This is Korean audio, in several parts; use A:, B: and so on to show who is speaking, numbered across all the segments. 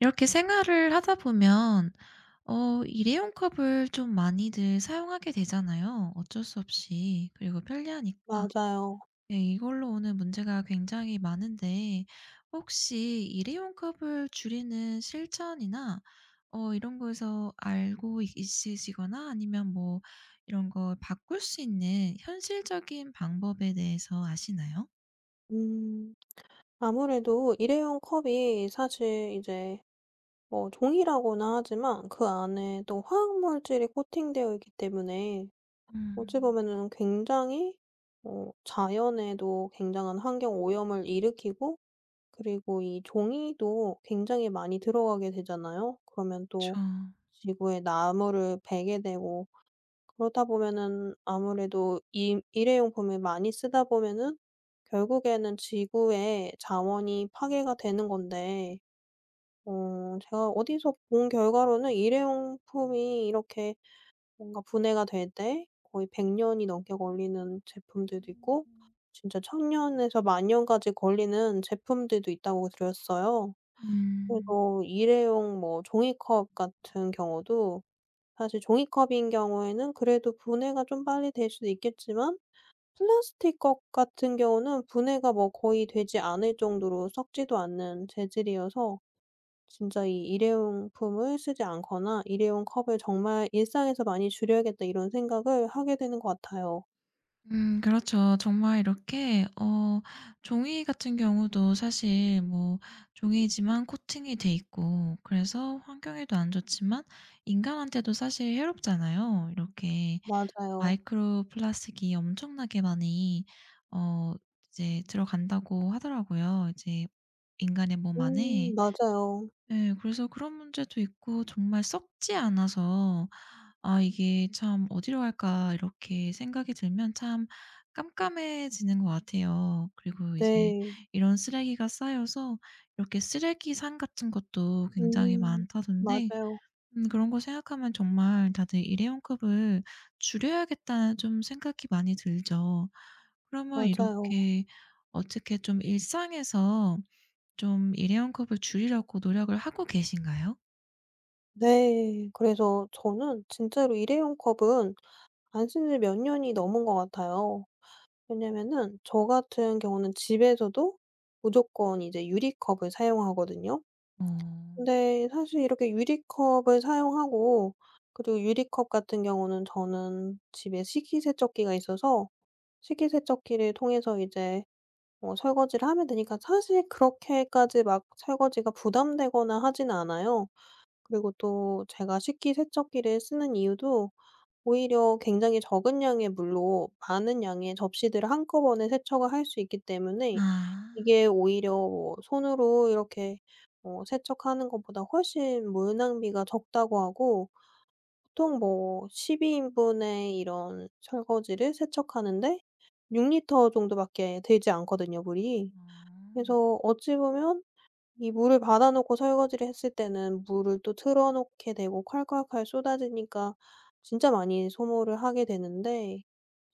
A: 이렇게 생활을 하다 보면 일회용 컵을 좀 많이들 사용하게 되잖아요, 어쩔 수 없이. 그리고 편리하니까.
B: 맞아요.
A: 네, 이걸로 오는 문제가 굉장히 많은데 혹시 일회용 컵을 줄이는 실천이나 이런 거에서 알고 있 있으시거나 아니면 뭐 이런 걸 바꿀 수 있는 현실적인 방법에 대해서 아시나요?
B: 음. 아무래도 일회용 컵이 사실 이제 뭐 종이라고나 하지만 그 안에 또 화학 물질이 코팅되어 있기 때문에 어찌
A: 음.
B: 보면은 굉장히 자연에도 굉장한 환경 오염을 일으키고, 그리고 이 종이도 굉장히 많이 들어가게 되잖아요. 그러면
A: 그쵸.
B: 또 지구에 나무를 베게 되고, 그러다 보면은 아무래도 이 일회용품을 많이 쓰다 보면은 결국에는 지구의 자원이 파괴가 되는 건데, 제가 어디서 본 결과로는 일회용품이 이렇게 뭔가 분해가 될 때 거의 백 년이 넘게 걸리는 제품들도 있고, 진짜 천 년에서 만 년까지 걸리는 제품들도 있다고 들었어요.
A: 음.
B: 그래서 일회용 뭐 종이컵 같은 경우도, 사실 종이컵인 경우에는 그래도 분해가 좀 빨리 될 수도 있겠지만, 플라스틱 컵 같은 경우는 분해가 뭐 거의 되지 않을 정도로 썩지도 않는 재질이어서, 진짜 이 '일회용품을 쓰지 않거나 일회용 컵을 정말 일상에서 많이 줄여야겠다.' 이런 생각을 하게 되는 것 같아요.
A: 그렇죠. 정말 이렇게 종이 같은 경우도 사실 뭐 종이지만 코팅이 돼 있고 그래서 환경에도 안 좋지만 인간한테도 사실 해롭잖아요. 이렇게
B: 맞아요.
A: 마이크로 플라스틱이 엄청나게 많이 어 이제 들어간다고 하더라고요. 이제 인간의 몸
B: 음,
A: 안에.
B: 맞아요.
A: 네. 그래서 그런 문제도 있고 정말 썩지 않아서 '아 이게 참 어디로 갈까.' 이렇게 생각이 들면 참 깜깜해지는 것 같아요. 그리고 이제
B: 네.
A: 이런 쓰레기가 쌓여서 이렇게 쓰레기산 같은 것도 굉장히
B: 음.
A: 많다던데
B: 맞아요.
A: 그런 거 생각하면 정말 다들 '일회용컵을 줄여야겠다.'는 좀 생각이 많이 들죠. 그러면
B: 맞아요.
A: 이렇게 어떻게 좀 일상에서 좀 일회용 컵을 줄이려고 노력을 하고 계신가요?
B: 네. 그래서 저는 진짜로 일회용 컵은 안 쓴지 몇 년이 넘은 것 같아요. 왜냐면은 저 같은 경우는 집에서도 무조건 이제 유리컵을 사용하거든요.
A: 어.
B: 근데 사실 이렇게 유리컵을 사용하고, 그리고 유리컵 같은 경우는 저는 집에 식기세척기가 있어서 식기세척기를 통해서 이제 설거지를 하면 되니까 사실 그렇게까지 막 설거지가 부담되거나 하진 않아요. 그리고 또 제가 식기세척기를 쓰는 이유도 오히려 굉장히 적은 양의 물로 많은 양의 접시들을 한꺼번에 세척을 할 수 있기 때문에,
A: 아.
B: 이게 오히려 뭐 손으로 이렇게 세척하는 것보다 훨씬 물 낭비가 적다고 하고, 보통 뭐 12 인분의 이런 설거지를 세척하는데 6 리터 정도밖에 들지 않거든요, 물이.
A: 어.
B: 그래서 어찌 보면 이 물을 받아 놓고 설거지를 했을 때는 물을 또 틀어 놓게 되고, 칼칼칼 쏟아지니까 진짜 많이 소모를 하게 되는데,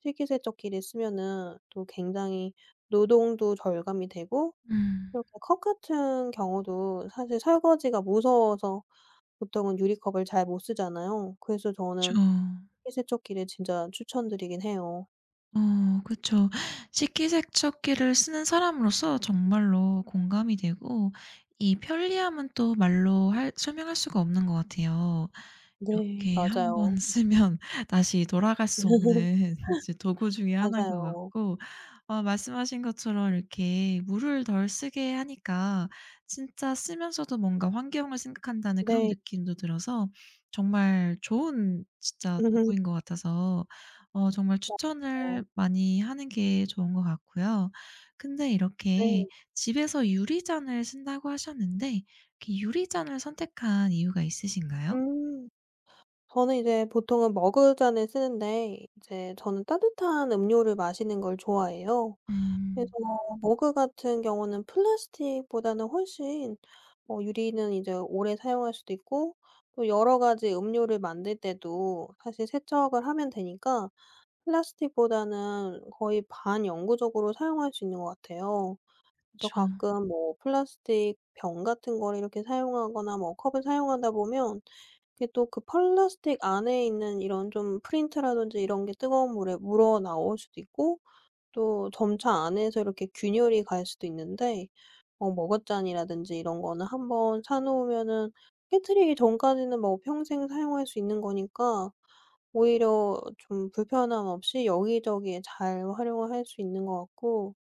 B: 식기세척기를 쓰면은 또 굉장히 노동도 절감이 되고,
A: 음.
B: 이렇게 컵 같은 경우도 사실 설거지가 무서워서 보통은 유리컵을 잘 못 쓰잖아요. 그래서
A: 그쵸.
B: 저는 식기세척기를 진짜 추천드리긴 해요.
A: 그쵸. 식기세척기를 쓰는 사람으로서 정말로 공감이 되고 이 편리함은 또 말로 할 설명할 수가 없는 것 같아요.
B: 네.
A: 이렇게 한번
B: 맞아요.
A: 쓰면 다시 돌아갈 수 없는 이제 도구 중에 하나인 것
B: 맞아요.
A: 같고 말씀하신 것처럼 이렇게 물을 덜 쓰게 하니까 진짜 쓰면서도 뭔가 환경을 생각한다는 그런
B: 네.
A: 느낌도 들어서 정말 좋은 진짜 도구인 것 같아서 정말
B: 맞아요.
A: 추천을 많이 하는 게 좋은 것 같고요. 근데
B: 네.
A: 이렇게 집에서 유리잔을 쓴다고 하셨는데 이렇게 유리잔을 선택한 이유가 있으신가요?
B: 음. 저는 이제 보통은 머그잔을 쓰는데, 이제 저는 따뜻한 음료를 마시는 걸 좋아해요. 그래서
A: 음.
B: 머그 같은 경우는 플라스틱보다는 훨씬, 유리는 이제 오래 사용할 수도 있고, 또 여러 가지 음료를 만들 때도 사실 세척을 하면 되니까 플라스틱보다는 거의 반영구적으로 사용할 수 있는 것 같아요. 그래서
A: 그쵸.
B: 가끔 뭐 플라스틱 병 같은 거를 이렇게 사용하거나 뭐 컵을 사용하다 보면, 게 또 그 플라스틱 안에 있는 이런 좀 프린트라든지 이런 게 뜨거운 물에 물어 나올 수도 있고, 또 점차 안에서 이렇게 균열이 갈 수도 있는데, 머그잔이라든지 이런 거는 한번 사 놓으면은 깨트리기 전까지는 뭐 평생 사용할 수 있는 거니까 오히려 좀 불편함 없이 여기저기에 잘 활용을 할 수 있는 것 같고,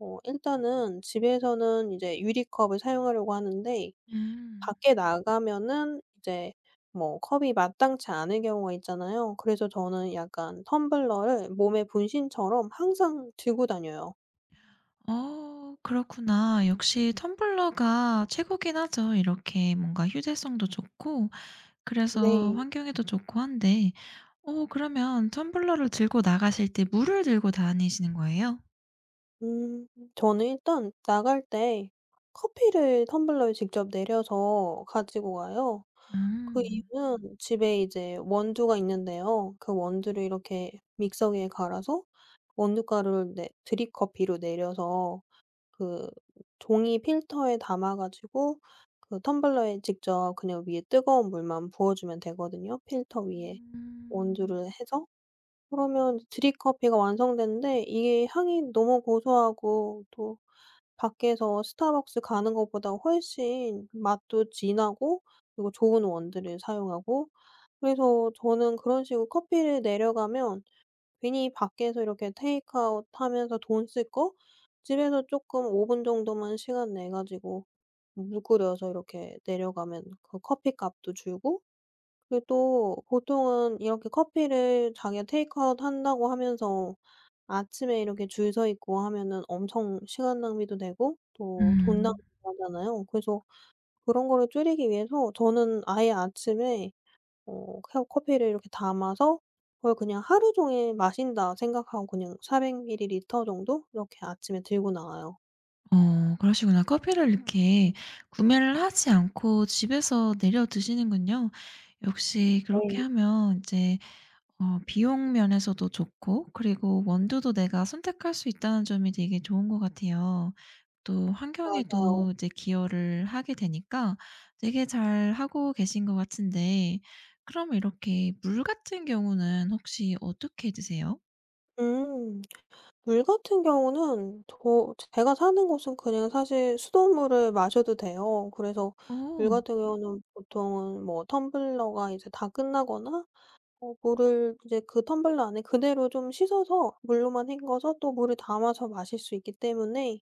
B: 일단은 집에서는 이제 유리컵을 사용하려고 하는데,
A: 음.
B: 밖에 나가면은 이제 뭐 컵이 마땅치 않을 경우가 있잖아요. 그래서 저는 약간 텀블러를 몸의 분신처럼 항상 들고 다녀요.
A: 그렇구나. 역시 텀블러가 최고긴 하죠. 이렇게 뭔가 휴대성도 좋고 그래서
B: 네.
A: 환경에도 좋고 한데 그러면 텀블러를 들고 나가실 때 물을 들고 다니시는 거예요?
B: 음, 저는 일단 나갈 때 커피를 텀블러에 직접 내려서 가지고 가요. 그
A: 음.
B: 이유는 집에 이제 원두가 있는데요. 그 원두를 이렇게 믹서기에 갈아서 원두 가루를 네 드립커피로 내려서, 그 종이 필터에 담아 가지고 그 텀블러에 직접 그냥 위에 뜨거운 물만 부어 주면 되거든요, 필터 위에
A: 음.
B: 온수를 해서. 그러면 드립 커피가 완성되는데 이게 향이 너무 고소하고, 또 밖에서 스타벅스 가는 것보다 훨씬 맛도 진하고, 그리고 좋은 원두를 사용하고. 그래서 저는 그런 식으로 커피를 내려가면, 괜히 밖에서 이렇게 테이크아웃 하면서 돈 쓸 거 집에서 쪼끔 5 분 정도만 시간 내 가지고 물 끓여서 이렇게 내려가면 그 커피값도 줄고, 그리고 또 보통은 이렇게 커피를 자기가 테이크아웃 한다고 하면서 아침에 이렇게 줄 서 있고 하면은 엄청 시간 낭비도 되고 또 돈 낭비도
A: 음.
B: 하잖아요. 그래서 그런 거를 줄이기 위해서 저는 아예 아침에 어 혀- 커피를 이렇게 담아서 그걸 그냥 하루 종일 마신다 생각하고 그냥 400ml 정도 이렇게 아침에 들고 나와요.
A: 그러시구나. 커피를 이렇게 구매를 하지 않고 집에서 내려 드시는군요. 역시 그렇게
B: 네.
A: 하면 이제 비용 면에서도 좋고 그리고 원두도 내가 선택할 수 있다는 점이 되게 좋은 것 같아요. 또
B: 맞아요.
A: 환경에도 이제 기여를 하게 되니까 되게 잘하고 계신 것 같은데 그럼 이렇게 물 같은 경우는 혹시 어떻게 드세요?
B: 음. 물 같은 경우는 저 제가 사는 곳은 그냥 사실 수돗물을 마셔도 돼요. 그래서 물
A: 오,
B: 같은 경우는 보통은 뭐 텀블러가 이제 다 끝나거나, 물을 이제 그 텀블러 안에 그대로 좀 씻어서 물로만 헹궈서 또 물을 담아서 마실 수 있기 때문에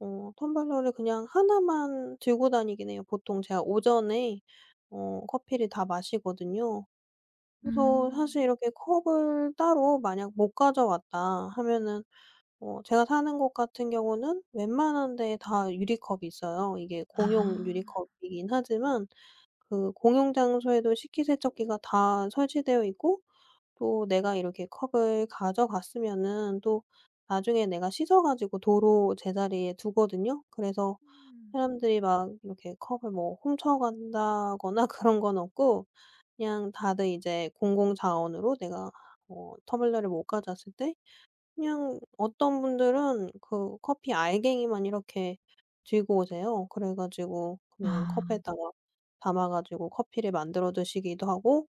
B: 텀블러를 그냥 하나만 들고 다니긴 해요. 보통 제가 오전에 커피를 다 마시거든요. 그래서 사실
A: 음.
B: 이렇게 컵을 따로 만약 못 가져왔다 하면은, 제가 사는 곳 같은 경우는 웬만한 데에 다 유리컵이 있어요. 이게 공용
A: 아.
B: 유리컵이긴 하지만 그 공용 장소에도 식기세척기가 다 설치되어 있고, 또 내가 이렇게 컵을 가져갔으면은 또 나중에 내가 씻어 가지고 도로 제자리에 두거든요. 그래서
A: 음.
B: 사람들이 막 이렇게 컵을 뭐 훔쳐간다거나 그런 건 없고, 그냥 다들 이제 공공 자원으로 내가 터블러를 못 가져왔을 때 그냥 어떤 분들은 그 커피 알갱이만 이렇게 들고 오세요. 그래 가지고 그냥
A: 아.
B: 컵에다가 담아 가지고 커피를 만들어 드시기도 하고,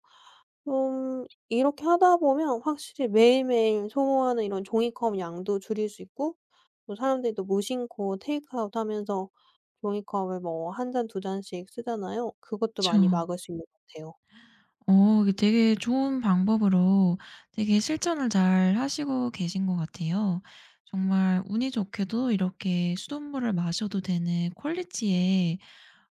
B: 좀 이렇게 하다 보면 확실히 매일매일 소모하는 이런 종이컵 양도 줄일 수 있고, 또 사람들이 또 무심코 테이크아웃 하면서 종이니까 왜뭐한 잔 두 잔씩 쓰잖아요. 그것도 많이
A: 그
B: 막을 수 있는 것 같아요.
A: 이게 되게 좋은 방법으로 되게 실천을 잘 하시고 계신 것 같아요. 정말 운이 좋게도 이렇게 수돗물을 마셔도 되는 퀄리티의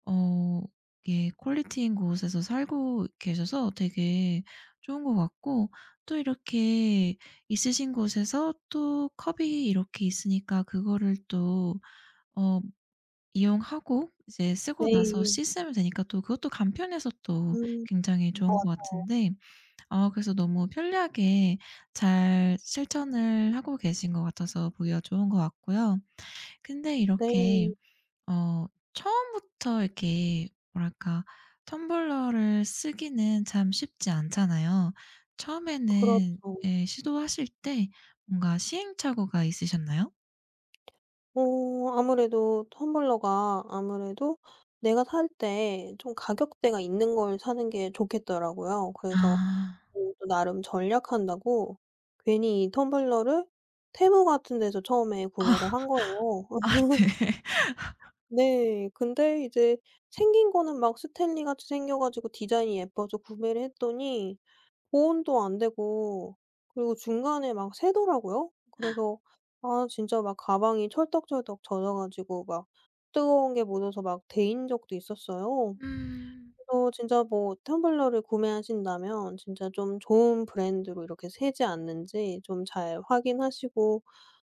A: 어 이게 퀄리티인 곳에서 살고 계셔서 되게 좋은 것 같고 또 이렇게 있으신 곳에서 또 컵이 이렇게 있으니까 그거를 또 어 이용하고 이제
B: 네.
A: 쓰고 나서 씻으면 되니까 또 그것도 간편해서 또
B: 음.
A: 굉장히
B: 음. 아
A: 좋은 것 같은데 아 그래서 너무 편리하게 잘 실천을 하고 계신 것 같아서 보기가 좋은 것 같고요. 근데 이렇게
B: 네.
A: 어 처음부터 이렇게 뭐랄까 텀블러를 쓰기는 참 쉽지 않잖아요. 처음에는
B: 그렇죠.
A: 예, 시도하실 때 뭔가 시행착오가 있으셨나요?
B: 아무래도 텀블러가 아무래도 내가 살 때 좀 가격대가 있는 걸 사는 게 좋겠더라고요. 그래서
A: 아.
B: 또 나름 전략한다고 괜히 이 텀블러를 테무 같은 데서 처음에 구매를
A: 아.
B: 한 거예요. 어.
A: 아 네.
B: 네. 근데 이제 생긴 거는 막 스탠리 같이 생겨 가지고 디자인이 예뻐서 구매를 했더니 보온도 안 되고, 그리고 중간에 막 새더라고요. 그래서 아 진짜 막 가방이 철떡철떡 젖어 가지고 막 뜨거운 게 묻어서 막 데인 적도 있었어요.
A: 음.
B: 그래서 진짜 뭐 텀블러를 구매하신다면 진짜 좀 좋은 브랜드로 이렇게 새지 않는지 좀 잘 확인하시고,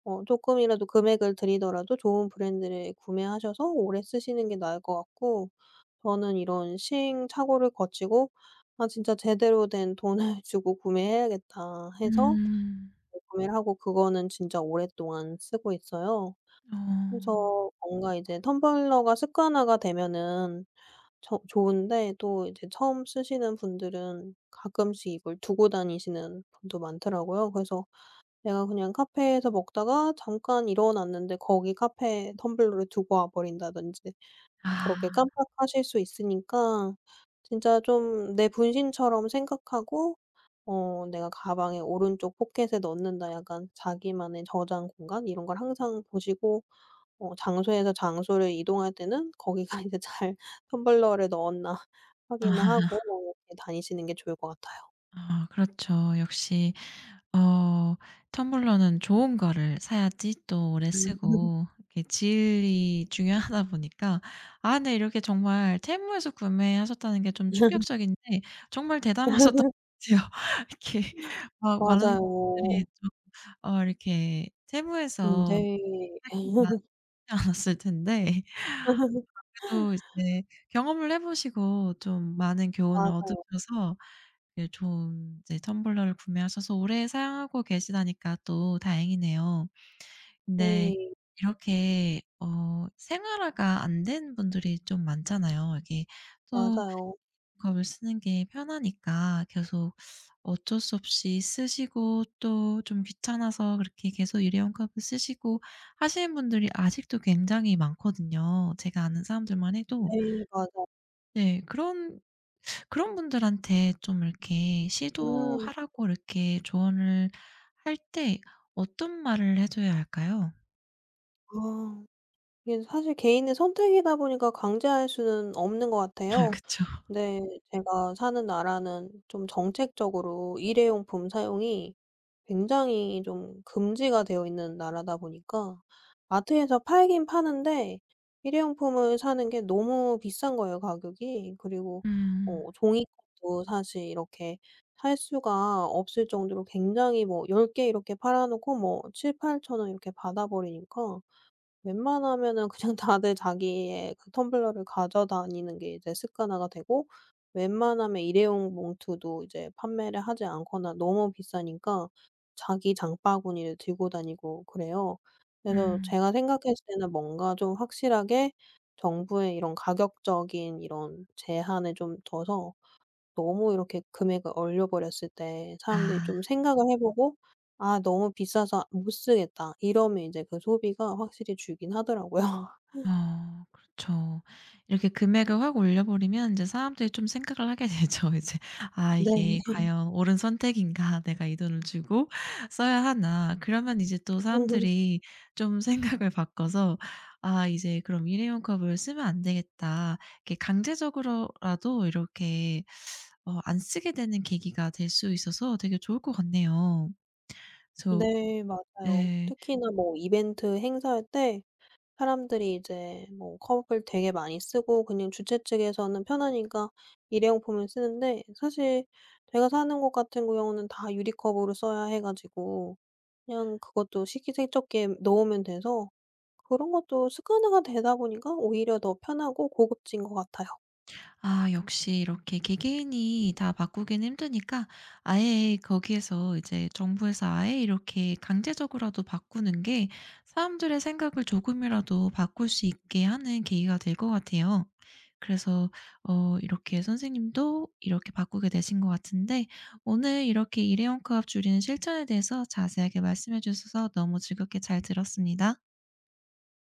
B: 어금이라도 금액을 들이더라도 좋은 브랜드를 구매하셔서 오래 쓰시는 게 나을 것 같고, 저는 이런 시행착오를 거치고 '아 진짜 제대로 된 돈을 주고 구매해야겠다.' 해서
A: 음.
B: 이제 구매를 하고 그거는 진짜 오랫동안 쓰고 있어요.
A: 어.
B: 그래서 뭔가 이제 텀블러가 습관화가 되면은 저 좋은데, 또 이제 처음 쓰시는 분들은 가끔씩 이걸 두고 다니시는 분도 많더라고요. 그래서 내가 그냥 카페에서 먹다가 잠깐 일어났는데 거기 카페에 텀블러를 두고 와 버린다든지. 그렇게
A: 아.
B: 깜빡하실 수 있으니까 진짜 좀 내 분신처럼 생각하고, '내가 가방의 오른쪽 포켓에 넣는다.' 약간 자기만의 저장 공간 이런 걸 항상 보시고, 장소에서 장소를 이동할 때는 거기가 이제 잘 텀블러를 넣었나 확인을 하고
A: 아
B: 이렇게 다니시는 게 좋을 것 같아요.
A: 아, 그렇죠. 역시 어 텀블러는 좋은 거를 사야지 또 오래 쓰고 이렇게 질이 중요하다 보니까 아 근데 이렇게 정말 테무에서 구매하셨다는 게 좀 충격적인데 정말 대담하셨던 것 같아요. 이렇게 막 많은 사람들이
B: 맞아요.
A: 좀 이렇게
B: 음,
A: 테무에서
B: 네.
A: 사기가 쉽지 않았을 텐데 그래도 이제 경험을 해 보시고 좀 많은 교훈을
B: 맞아요.
A: 얻으셔서 그 좋은 이제 텀블러를 구매하셔서 오래 사용하고 계시다니까 또 다행이네요. 근데
B: 네.
A: 이렇게 생활화가 안 된 분들이 좀 많잖아요. 이게 또
B: 맞아요.
A: 컵을 쓰는 게 편하니까 계속 어쩔 수 없이 쓰시고 또 좀 귀찮아서 그렇게 계속 일회용 컵을 쓰시고 하시는 분들이 아직도 굉장히 많거든요. 제가 아는 사람들만 해도.
B: 네 맞아요.
A: 네. 그런 그런 분들한테 좀 이렇게
B: 음.
A: 시도하라고 이렇게 조언을 할 때 어떤 말을 해 줘야 할까요?
B: 아. 이게 사실 개인의 선택이다 보니까 강제할 수는 없는 것
A: 아
B: 같아요.
A: 그쵸.
B: 근데 제가 사는 나라는 좀 정책적으로 일회용품 사용이 굉장히 좀 금지가 되어 있는 나라다 보니까 마트에서 팔긴 파는데 일회용품을 사는 게 너무 비싼 거예요, 가격이. 그리고
A: 음.
B: 종이컵도 사실 이렇게 살 수가 없을 정도로 굉장히 뭐 10개 이렇게 팔아 놓고 뭐7팔천8원 이렇게 받아 버리니까 웬만하면은 그냥 다들 자기의 그 텀블러를 가져다니는 게 이제 습관화가 되고, 웬만하면 일회용 봉투도 이제 판매를 하지 않거나 너무 비싸니까 자기 장바구니를 들고 다니고 그래요. 그래서
A: 음.
B: 제가 생각했을 때는 뭔가 좀 확실하게 정부의 이런 가격적인 이런 제한을 좀 둬서, 너무 이렇게 금액을 얼려 버렸을 때 사람들이
A: 아.
B: 좀 생각을 해 보고 '아 너무 비싸서 못 쓰겠다.' 이러면 이제 그 소비가 확실히 줄긴 하더라고요.
A: 그렇죠. 이렇게 금액을 확 올려버리면 이제 사람들이 좀 생각을 하게 되죠. 이제 '아
B: 네.
A: 이게 과연 옳은 선택인가? 내가 이 돈을 주고 써야 하나?' 그러면 이제 또 사람들이 좀 생각을 바꿔서 '아 이제 그럼 일회용 컵을 쓰면 안 되겠다.' 이렇게 강제적으로라도 이렇게 안 쓰게 되는 계기가 될 수 있어서 되게 좋을 것 같네요. 저
B: 네
A: 네
B: 맞아요.
A: 예.
B: 특히나 뭐 이벤트 행사할 때 사람들이 이제 뭐 컵을 되게 많이 쓰고, 그냥 주최 측에서는 편하니까 일회용품을 쓰는데, 사실 제가 사는 곳 같은 경우는 다 유리컵으로 써야 해 가지고 그냥 그것도 식기세척기에 넣으면 돼서, 그런 것도 습관화가 되다 보니까 오히려 더 편하고 고급진 것 같아요.
A: 아 역시 이렇게 개개인이 다 바꾸기는 힘드니까 아예 거기에서 이제 정부에서 아예 이렇게 강제적으로라도 바꾸는 게 사람들의 생각을 조금이라도 바꿀 수 있게 하는 계기가 될 것 같아요. 그래서 이렇게 선생님도 이렇게 바꾸게 되신 것 같은데 오늘 이렇게 일회용 컵 줄이는 실천에 대해서 자세하게 말씀해 주셔서 너무 즐겁게 잘 들었습니다.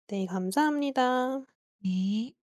B: 네, 감사합니다.
A: 네.